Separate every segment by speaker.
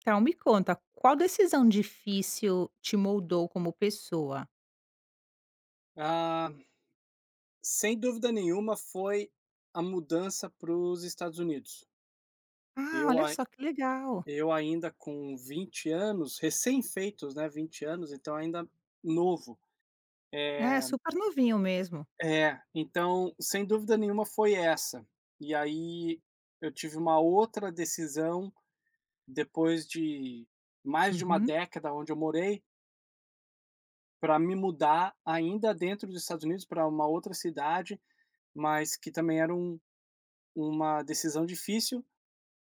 Speaker 1: Então me conta, qual decisão difícil te moldou como pessoa?
Speaker 2: Ah, sem dúvida nenhuma foi a mudança para os Estados Unidos.
Speaker 1: Ah,
Speaker 2: Eu,
Speaker 1: olha
Speaker 2: ai-
Speaker 1: só que legal.
Speaker 2: eu ainda com 20 anos, recém-feitos, né? 20 anos, então ainda novo.
Speaker 1: É,
Speaker 2: É,
Speaker 1: super novinho mesmo.
Speaker 2: é, então, sem dúvida nenhuma foi essa. E aí eu tive uma outra decisão depois de mais de uma
Speaker 1: Uhum.
Speaker 2: década onde eu morei para me mudar ainda dentro dos Estados Unidos para uma outra cidade, mas que também era uma decisão difícil.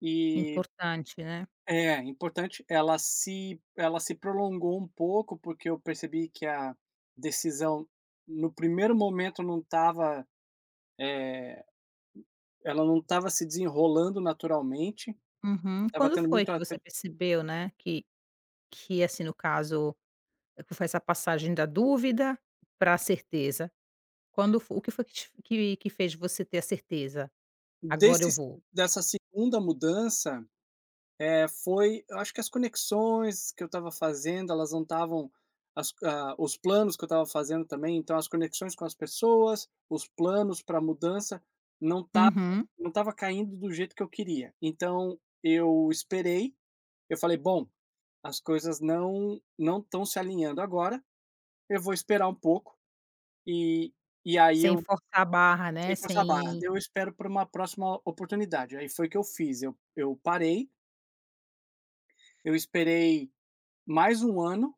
Speaker 2: E
Speaker 1: Importante, né.
Speaker 2: é, importante, ela se prolongou um pouco, porque eu percebi que a decisão no primeiro momento não estava se desenrolando naturalmente,
Speaker 1: Uhum.
Speaker 2: estava
Speaker 1: Quando
Speaker 2: tendo
Speaker 1: foi
Speaker 2: muito
Speaker 1: que você
Speaker 2: atre
Speaker 1: percebeu, né, que, assim, no caso, foi essa passagem da dúvida para a certeza? Quando fo o que foi que te que fez você ter a certeza: "Agora eu
Speaker 2: desse
Speaker 1: vou"?
Speaker 2: dessa segunda mudança. Foi, eu acho que as conexões que eu estava fazendo, elas não estavam, os planos que eu estava fazendo também, então as conexões com as pessoas, os planos para mudança, não estava
Speaker 1: Uhum.
Speaker 2: não estava caindo do jeito que eu queria. Então eu esperei, eu falei: "Bom, as coisas não estão se alinhando agora, eu vou esperar um pouco", e e aí
Speaker 1: Sem
Speaker 2: eu
Speaker 1: forçar a barra,
Speaker 2: sem
Speaker 1: né,
Speaker 2: forçar a barra,
Speaker 1: sem.
Speaker 2: eu espero por uma próxima oportunidade. Aí foi o que eu fiz, eu parei, eu esperei mais um ano.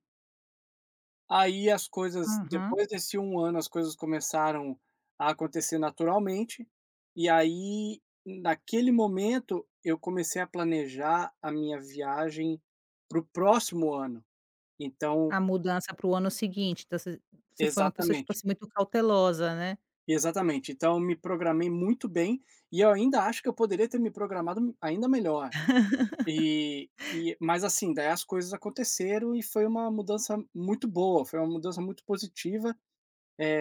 Speaker 2: Aí as coisas
Speaker 1: Aham.
Speaker 2: depois desse um ano, as coisas começaram a acontecer naturalmente, e aí, naquele momento, eu comecei a planejar a minha viagem para o próximo ano. Então
Speaker 1: A mudança para o ano seguinte, então você foi uma pessoa, tipo
Speaker 2: exatamente,
Speaker 1: assim, muito cautelosa, né.
Speaker 2: exatamente. Então eu me programei muito bem, e eu ainda acho que eu poderia ter me programado ainda melhor. E mas assim, daí as coisas aconteceram e foi uma mudança muito boa, foi uma mudança muito positiva.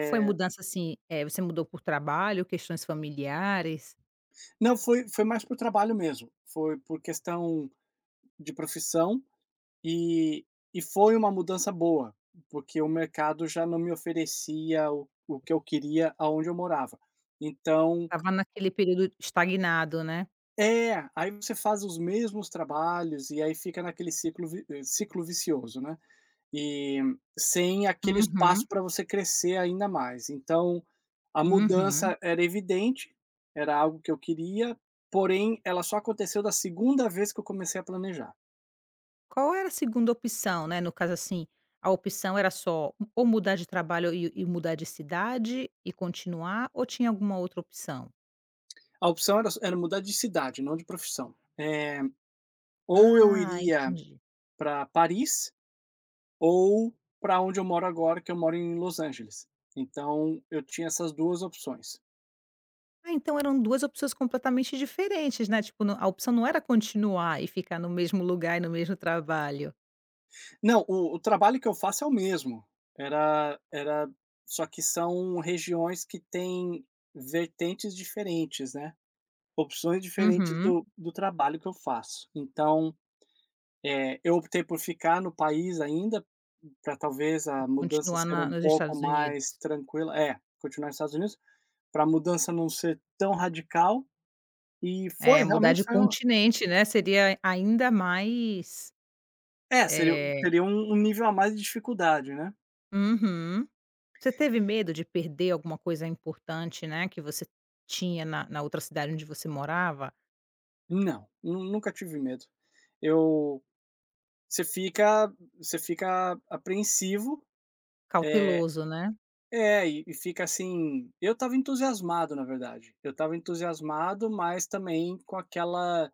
Speaker 1: Foi mudança, assim, você mudou por trabalho, questões familiares?
Speaker 2: Não, foi mais por trabalho mesmo, foi por questão de profissão, e e foi uma mudança boa, porque o mercado já não me oferecia o que eu queria aonde eu morava. Então
Speaker 1: Estava naquele período estagnado, né.
Speaker 2: é, aí você faz os mesmos trabalhos e aí fica naquele ciclo vicioso, né. E sem aquele espaço
Speaker 1: Uhum,
Speaker 2: para você crescer ainda mais. Então, a
Speaker 1: uhum.
Speaker 2: mudança era evidente, era algo que eu queria, porém ela só aconteceu da segunda vez que eu comecei a planejar.
Speaker 1: Qual era a segunda opção, né, no caso, assim, a opção era só ou mudar de trabalho e mudar de cidade e continuar, ou tinha alguma outra opção?
Speaker 2: A opção era mudar de cidade, não de profissão. Ou eu
Speaker 1: Ah,
Speaker 2: iria
Speaker 1: entendi.
Speaker 2: para Paris ou para onde eu moro agora, que eu moro em Los Angeles. Então eu tinha essas 2 opções.
Speaker 1: Ah, então eram 2 opções completamente diferentes, né, tipo, não, a opção não era continuar e ficar no mesmo lugar e no mesmo trabalho.
Speaker 2: Não, o trabalho que eu faço é o mesmo. Era só que são regiões que têm vertentes diferentes, né, opções diferentes
Speaker 1: Uhum.
Speaker 2: do trabalho que eu faço. Então, eu optei por ficar no país ainda, para talvez
Speaker 1: Ou
Speaker 2: a mudança
Speaker 1: continuar
Speaker 2: ser
Speaker 1: na
Speaker 2: um
Speaker 1: nos
Speaker 2: pouco
Speaker 1: Estados Unidos.
Speaker 2: mais tranquila, é, continuar nos Estados Unidos, para a mudança não ser tão radical, e foi
Speaker 1: É, mudar
Speaker 2: realmente
Speaker 1: de
Speaker 2: foi um,
Speaker 1: continente, né, seria ainda mais,
Speaker 2: é, seria,
Speaker 1: eh
Speaker 2: teria um um nível a mais de dificuldade, né.
Speaker 1: uhum. Você teve medo de perder alguma coisa importante, né, que você tinha na outra cidade onde você morava?
Speaker 2: Não, nu nunca tive medo. Eu você fica apreensivo. eh
Speaker 1: Cauteloso, né?
Speaker 2: É, e fica assim, eu estava entusiasmado, na verdade. Eu estava entusiasmado, mas também com aquela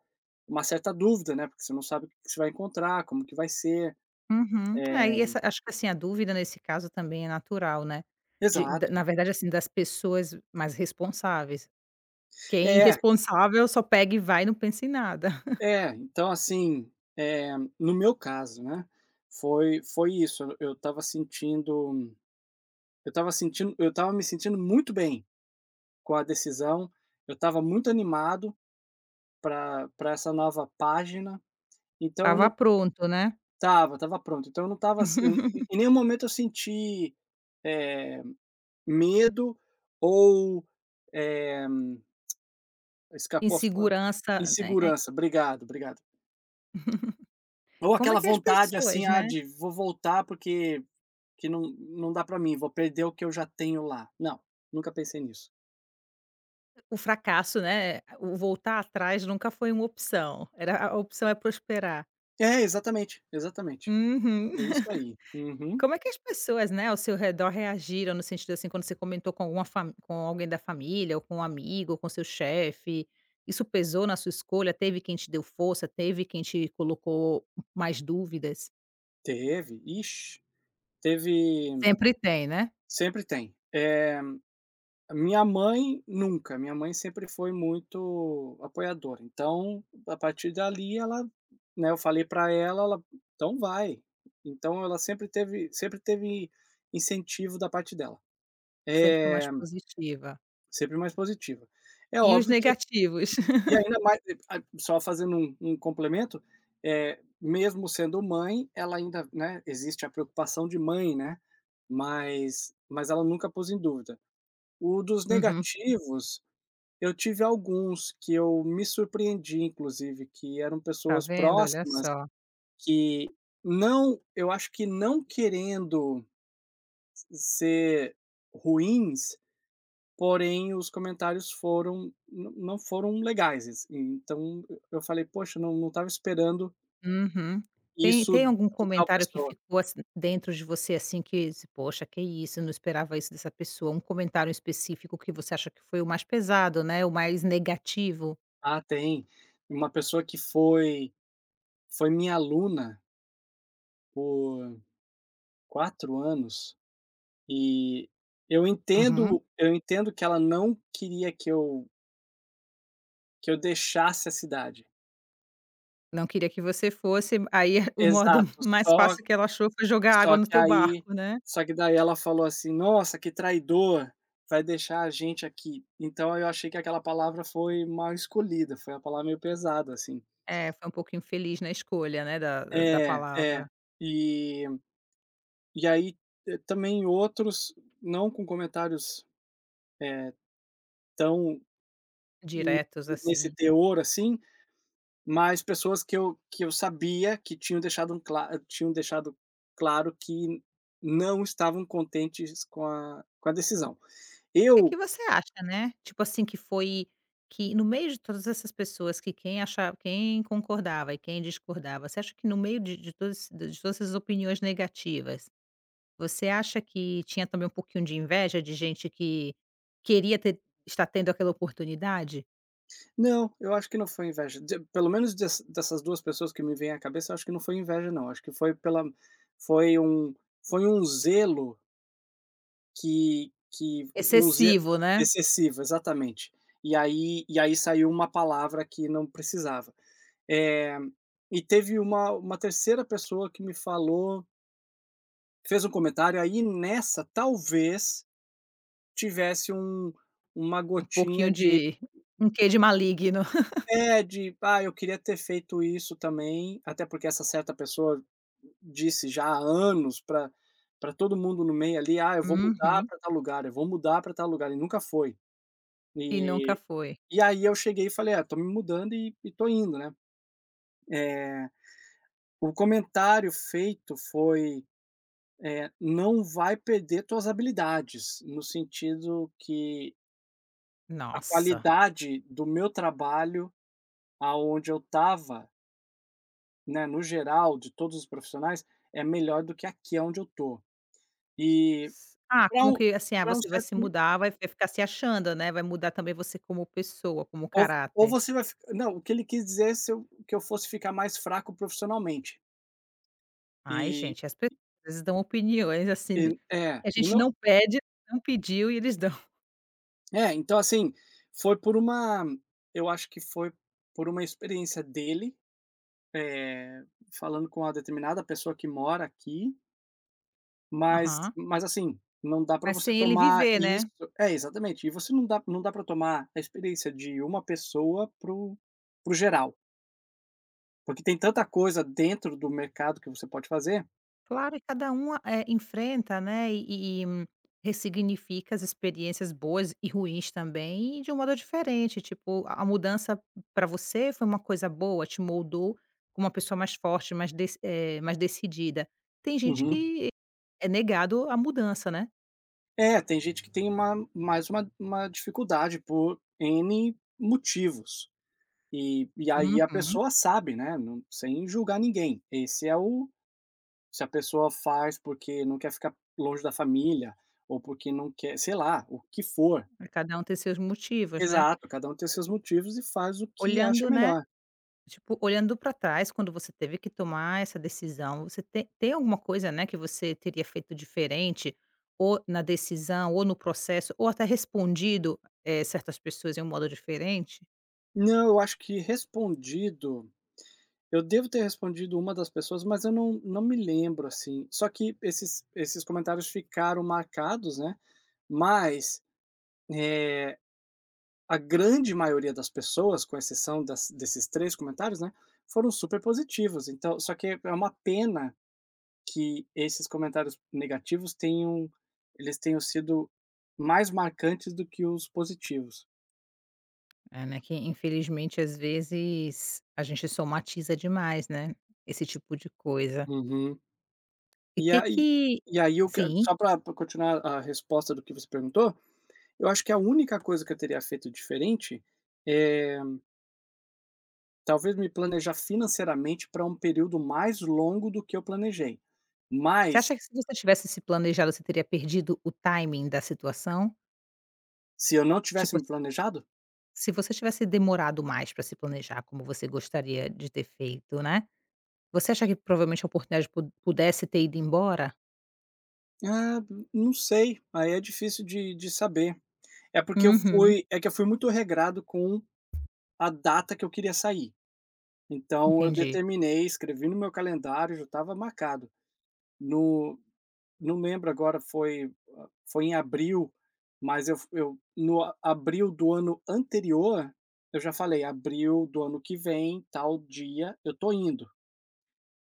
Speaker 2: uma certa dúvida, né, porque você não sabe o que você vai encontrar, como que vai ser.
Speaker 1: Uhum. É,
Speaker 2: Eh
Speaker 1: e essa, acho que, assim, a dúvida nesse caso também é natural, né, de da,
Speaker 2: exato.
Speaker 1: na verdade, assim, das pessoas mais responsáveis. Quem é
Speaker 2: É,
Speaker 1: irresponsável só pega e vai e não pensa em nada.
Speaker 2: é. Então, assim, no meu caso, né, foi isso. Eu estava me sentindo muito bem com a decisão, eu estava muito animado para pra essa nova página, então eu
Speaker 1: Estava
Speaker 2: não
Speaker 1: pronto, né.
Speaker 2: tava pronto, então eu não tava assim, em nenhum momento eu senti, eh, medo ou, eh, escapou a fa-
Speaker 1: Insegurança, né, é
Speaker 2: insegurança. Obrigado, obrigado. Ou
Speaker 1: como é
Speaker 2: aquela
Speaker 1: que é as
Speaker 2: vontade, assim,
Speaker 1: pessoas,
Speaker 2: ah,
Speaker 1: né,
Speaker 2: de vou voltar porque que não dá para mim, vou perder o que eu já tenho lá. Não, nunca pensei nisso.
Speaker 1: o fracasso, né, o voltar atrás nunca foi uma opção, era a opção é prosperar.
Speaker 2: É, exatamente, exatamente.
Speaker 1: Uhum.
Speaker 2: É isso aí. Uhum.
Speaker 1: Como é que as pessoas, né, ao seu redor reagiram no sentido, assim, quando você comentou com alguma fami com alguém da família, ou com um amigo, ou com seu chefe, isso pesou na sua escolha? Teve quem te deu força? Teve quem te colocou mais dúvidas?
Speaker 2: Teve, ixi, teve,
Speaker 1: Sempre tem, né?
Speaker 2: sempre tem. Minha mãe nunca, minha mãe sempre foi muito apoiadora, então, a partir dali ela, né, eu falei para ela, ela: "Então vai". Então ela sempre teve incentivo da parte dela.
Speaker 1: Sempre foi mais
Speaker 2: É
Speaker 1: positiva.
Speaker 2: sempre mais positiva. É
Speaker 1: E os
Speaker 2: óbvio que,
Speaker 1: negativos?
Speaker 2: e ainda mais, a só fazendo um um complemento, é, mesmo sendo mãe, ela ainda, né, existe a preocupação de mãe, né, mas ela nunca pôs em dúvida. O dos
Speaker 1: Uhum.
Speaker 2: negativos, eu tive alguns que eu me surpreendi inclusive, que eram
Speaker 1: Tá
Speaker 2: pessoas
Speaker 1: vendo? Olha
Speaker 2: próximas
Speaker 1: só.
Speaker 2: que, não, eu acho que não querendo ser ruins, porém os comentários foram, não foram legais, assim. Então eu falei: "Poxa, não estava esperando
Speaker 1: Uhum. Tem
Speaker 2: isso
Speaker 1: tem algum
Speaker 2: de tal
Speaker 1: comentário que
Speaker 2: pessoa".
Speaker 1: ficou, assim, dentro de você, assim, que se: "Poxa, que isso, eu não esperava isso dessa pessoa". Um comentário específico que você acha que foi o mais pesado, né, o mais negativo?
Speaker 2: Ah, tem. Uma pessoa que foi foi minha aluna por 4 anos. E eu
Speaker 1: Uhum.
Speaker 2: entendo eu entendo que ela não queria que eu deixasse a cidade.
Speaker 1: Não queria que você fosse, aí o modo
Speaker 2: Exato,
Speaker 1: mais fácil que ela achou foi jogar água
Speaker 2: só
Speaker 1: no
Speaker 2: que
Speaker 1: teu
Speaker 2: aí
Speaker 1: barco, né.
Speaker 2: só que daí ela falou assim: "Nossa, que traidor, vai deixar a gente aqui". Então eu achei que aquela palavra foi mal escolhida, foi uma palavra meio pesada, assim.
Speaker 1: É, foi um pouco infeliz na escolha, né, da
Speaker 2: É,
Speaker 1: palavra.
Speaker 2: é. E e aí, também outros, não com comentários, eh, tão
Speaker 1: Diretos,
Speaker 2: nesse
Speaker 1: assim.
Speaker 2: teor, assim. Mas pessoas que eu sabia que tinham deixado um cla tinham deixado claro que não estavam contentes com a decisão.
Speaker 1: O que
Speaker 2: Eu
Speaker 1: que você acha, né, tipo assim, que foi que no meio de todas essas pessoas, quem achava, quem concordava e quem discordava, você acha que no meio de todas, essas opiniões negativas, você acha que tinha também um pouquinho de inveja de gente que queria ter, estar tendo aquela oportunidade?
Speaker 2: não, eu acho que não foi inveja, de pelo menos des dessas 2 pessoas que me vêm à cabeça, eu acho que não foi inveja não, acho que foi pela, foi um, foi um zelo que um ze
Speaker 1: Excessivo, né,
Speaker 2: excessivo, exatamente. E aí saiu uma palavra que não precisava. Eh, e teve uma terceira pessoa que me falou, fez um comentário, aí nessa talvez tivesse um, uma
Speaker 1: um pouquinho
Speaker 2: gotinha de,
Speaker 1: de um quê de maligno.
Speaker 2: é, de: "Ah, eu queria ter feito isso também", até porque essa certa pessoa disse já há anos para para todo mundo no meio ali: "Ah, eu vou mudar
Speaker 1: Uhum.
Speaker 2: para tal lugar, eu vou mudar para tal lugar", e nunca foi.
Speaker 1: E nunca
Speaker 2: E
Speaker 1: foi.
Speaker 2: e aí eu cheguei e falei: "Ah, tô me mudando e tô indo, né". Eh, o comentário feito foi, "Não vai perder tuas habilidades", no sentido que a
Speaker 1: Nossa.
Speaker 2: qualidade do meu trabalho, aonde eu estava, né, no geral, de todos os profissionais, é melhor do que aqui onde eu tô. E
Speaker 1: S ah,
Speaker 2: para
Speaker 1: como
Speaker 2: um,
Speaker 1: que assim, ah,
Speaker 2: pra um
Speaker 1: você vai
Speaker 2: certo
Speaker 1: se
Speaker 2: ni,
Speaker 1: mudar, vai vai ficar se achando, né, vai mudar também você como pessoa, como
Speaker 2: ou ou
Speaker 1: caráter.
Speaker 2: você vai ficar, não, o que ele quis dizer é se eu que eu fosse ficar mais fraco profissionalmente.
Speaker 1: Ai
Speaker 2: E
Speaker 1: gente, as pessoas às vezes dão opiniões,
Speaker 2: e
Speaker 1: assim, que
Speaker 2: é,
Speaker 1: a
Speaker 2: e
Speaker 1: gente
Speaker 2: não
Speaker 1: não pede, não pediu e eles dão.
Speaker 2: é, então assim, foi por uma, eu acho que foi por uma experiência dele, eh, falando com uma determinada pessoa que mora aqui.
Speaker 1: Aham.
Speaker 2: Mas assim, não dá para
Speaker 1: Mas
Speaker 2: você
Speaker 1: sem ele
Speaker 2: tomar
Speaker 1: viver,
Speaker 2: isso,
Speaker 1: né?
Speaker 2: é, exatamente. E você não dá para tomar a experiência de uma pessoa pro geral, porque tem tanta coisa dentro do mercado que você pode fazer.
Speaker 1: Claro, e cada um, enfrenta, né, e ressignifica as experiências boas e ruins também, e de um modo diferente, tipo, a mudança para você foi uma coisa boa, te moldou como uma pessoa mais forte, mais decidida. Tem gente
Speaker 2: Uhum.
Speaker 1: que é negado a mudança, né.
Speaker 2: É, tem gente que tem uma mais uma dificuldade por N motivos. E aí a
Speaker 1: Uhum.
Speaker 2: pessoa sabe, né, não, sem julgar ninguém. Esse é o, se a pessoa faz porque não quer ficar longe da família, ou porque não quer, sei lá, o que for.
Speaker 1: Cada um tem seus motivos, né.
Speaker 2: Exato, cada um tem os seus motivos e faz o que acha
Speaker 1: Olhando, né.
Speaker 2: melhor.
Speaker 1: Tipo, olhando para trás, quando você teve que tomar essa decisão, você tem alguma coisa, né, que você teria feito diferente, ou na decisão, ou no processo, ou até respondido, certas pessoas em um modo diferente?
Speaker 2: Não, eu acho que respondido, eu devo ter respondido uma das pessoas, mas eu não me lembro, assim. Só que esses comentários ficaram marcados, né, mas, eh, a grande maioria das pessoas, com exceção das desses 3 comentários, né, foram super positivos. Então só que é uma pena que esses comentários negativos tenham, eles tenham sido mais marcantes do que os positivos.
Speaker 1: É, né, que infelizmente às vezes a gente somatiza demais, né, esse tipo de coisa.
Speaker 2: Uhum.
Speaker 1: E
Speaker 2: E
Speaker 1: que
Speaker 2: aí, e aí o que,
Speaker 1: sim.
Speaker 2: só para continuar a resposta do que você perguntou, eu acho que a única coisa que eu teria feito diferente, é talvez me planejar financeiramente para um período mais longo do que eu planejei.
Speaker 1: Você
Speaker 2: Mas,
Speaker 1: acha que se você tivesse se planejado, você teria perdido o timing da situação?
Speaker 2: se eu não tivesse
Speaker 1: Tipo,
Speaker 2: me
Speaker 1: s
Speaker 2: planejado?
Speaker 1: se você tivesse demorado mais para se planejar como você gostaria de ter feito, né, você acha que provavelmente a oportunidade pu pudesse ter ido embora?
Speaker 2: Ah, não sei, aí é difícil de saber. É porque eu
Speaker 1: Uhum,
Speaker 2: fui, é que eu fui muito regrado com a data que eu queria sair. Então eu
Speaker 1: entendi.
Speaker 2: determinei, escrevi no meu calendário, já estava marcado. No, não lembro agora, foi, ah, foi em abril, mas eu no abril do ano anterior, eu já falei: "Abril do ano que vem, tal dia, eu tô indo".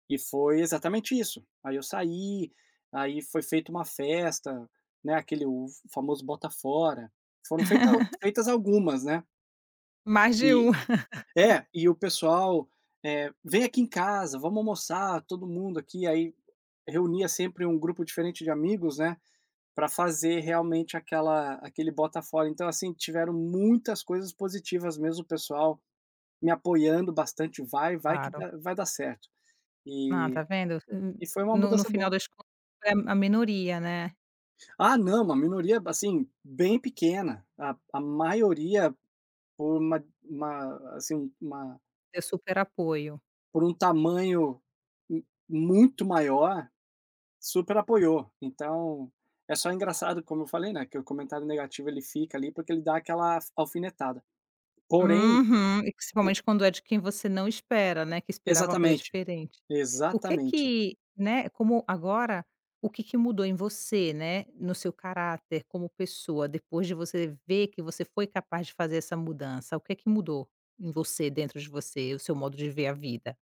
Speaker 2: E foi exatamente isso. Aí eu saí, aí foi feita uma festa, né, aquele o famoso bota fora. Foram feita feitas algumas, né.
Speaker 1: Mais de
Speaker 2: E
Speaker 1: um.
Speaker 2: é, e o pessoal, "Vem aqui em casa, vamos almoçar todo mundo aqui", aí reunia sempre um grupo diferente de amigos, né, para fazer realmente aquela, aquele Bota-Fora. Então, assim, tiveram muitas coisas positivas mesmo, o pessoal me apoiando bastante: "Vai, vai que
Speaker 1: Claro.
Speaker 2: dá, vai dar certo".
Speaker 1: Ah,
Speaker 2: E
Speaker 1: tá vendo?
Speaker 2: e foi uma
Speaker 1: No
Speaker 2: mudança
Speaker 1: final
Speaker 2: boa.
Speaker 1: das contas, é a minoria, né,
Speaker 2: Ah, não, uma minoria, assim, bem pequena. A maioria, por uma, assim, uma,
Speaker 1: deu super apoio.
Speaker 2: por um tamanho mu muito maior, super apoiou. Então, é só engraçado, como eu falei, né, que o comentário negativo ele fica ali, porque ele dá aquela alfinetada. Porém,
Speaker 1: Uhum. E principalmente quando é de quem você não espera, né, que esperava uma coisa
Speaker 2: exatamente,
Speaker 1: diferente. O que é
Speaker 2: exatamente.
Speaker 1: que, né, como agora, o que que mudou em você, né, no seu caráter como pessoa, depois de você ver que você foi capaz de fazer essa mudança? O que é que mudou em você, dentro de você, o seu modo de ver a vida?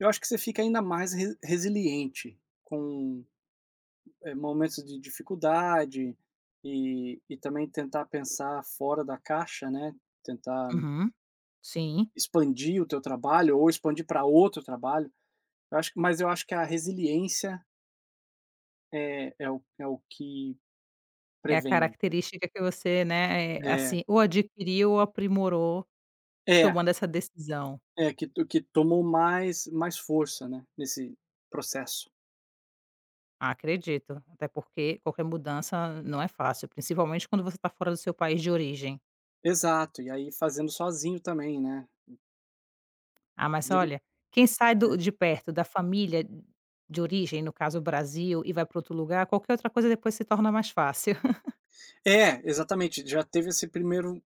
Speaker 2: Eu acho que você fica ainda mais re resiliente com, momentos de dificuldade, e também tentar pensar fora da caixa, né, tentar
Speaker 1: Uhum. Sim.
Speaker 2: expandir o teu trabalho ou expandir para outro trabalho. Eu acho, mas eu acho que a resiliência é o que
Speaker 1: É a
Speaker 2: prevém.
Speaker 1: característica que você, né,
Speaker 2: É,
Speaker 1: assim, ou adquiriu ou aprimorou
Speaker 2: é,
Speaker 1: tomando essa decisão.
Speaker 2: é que tomou mais força, né, nesse processo.
Speaker 1: Ah, acredito, até porque qualquer mudança não é fácil, principalmente quando você está fora do seu país de origem.
Speaker 2: Exato, e aí fazendo sozinho também, né.
Speaker 1: Ah, mas olha, quem sai do de perto da família de origem, no caso o Brasil, e vai para outro lugar, qualquer outra coisa depois se torna mais fácil.
Speaker 2: É, exatamente, já teve esse primeiro,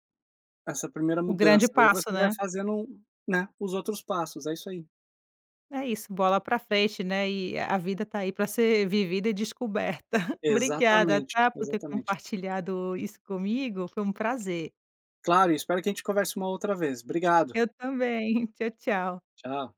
Speaker 2: essa primeira
Speaker 1: O
Speaker 2: mudança,
Speaker 1: grande
Speaker 2: aí
Speaker 1: passo,
Speaker 2: você vai
Speaker 1: né.
Speaker 2: fazendo, né, os outros passos, é isso aí.
Speaker 1: É isso, bola para frente, né, e a vida tá aí para ser vivida e descoberta. Obrigada,
Speaker 2: Exatamente,
Speaker 1: tá, por ter
Speaker 2: exatamente.
Speaker 1: compartilhado isso comigo, foi um prazer.
Speaker 2: Claro, e espero que a gente converse uma outra vez. Obrigado,
Speaker 1: Eu também. Tchau, tchau.
Speaker 2: tchau.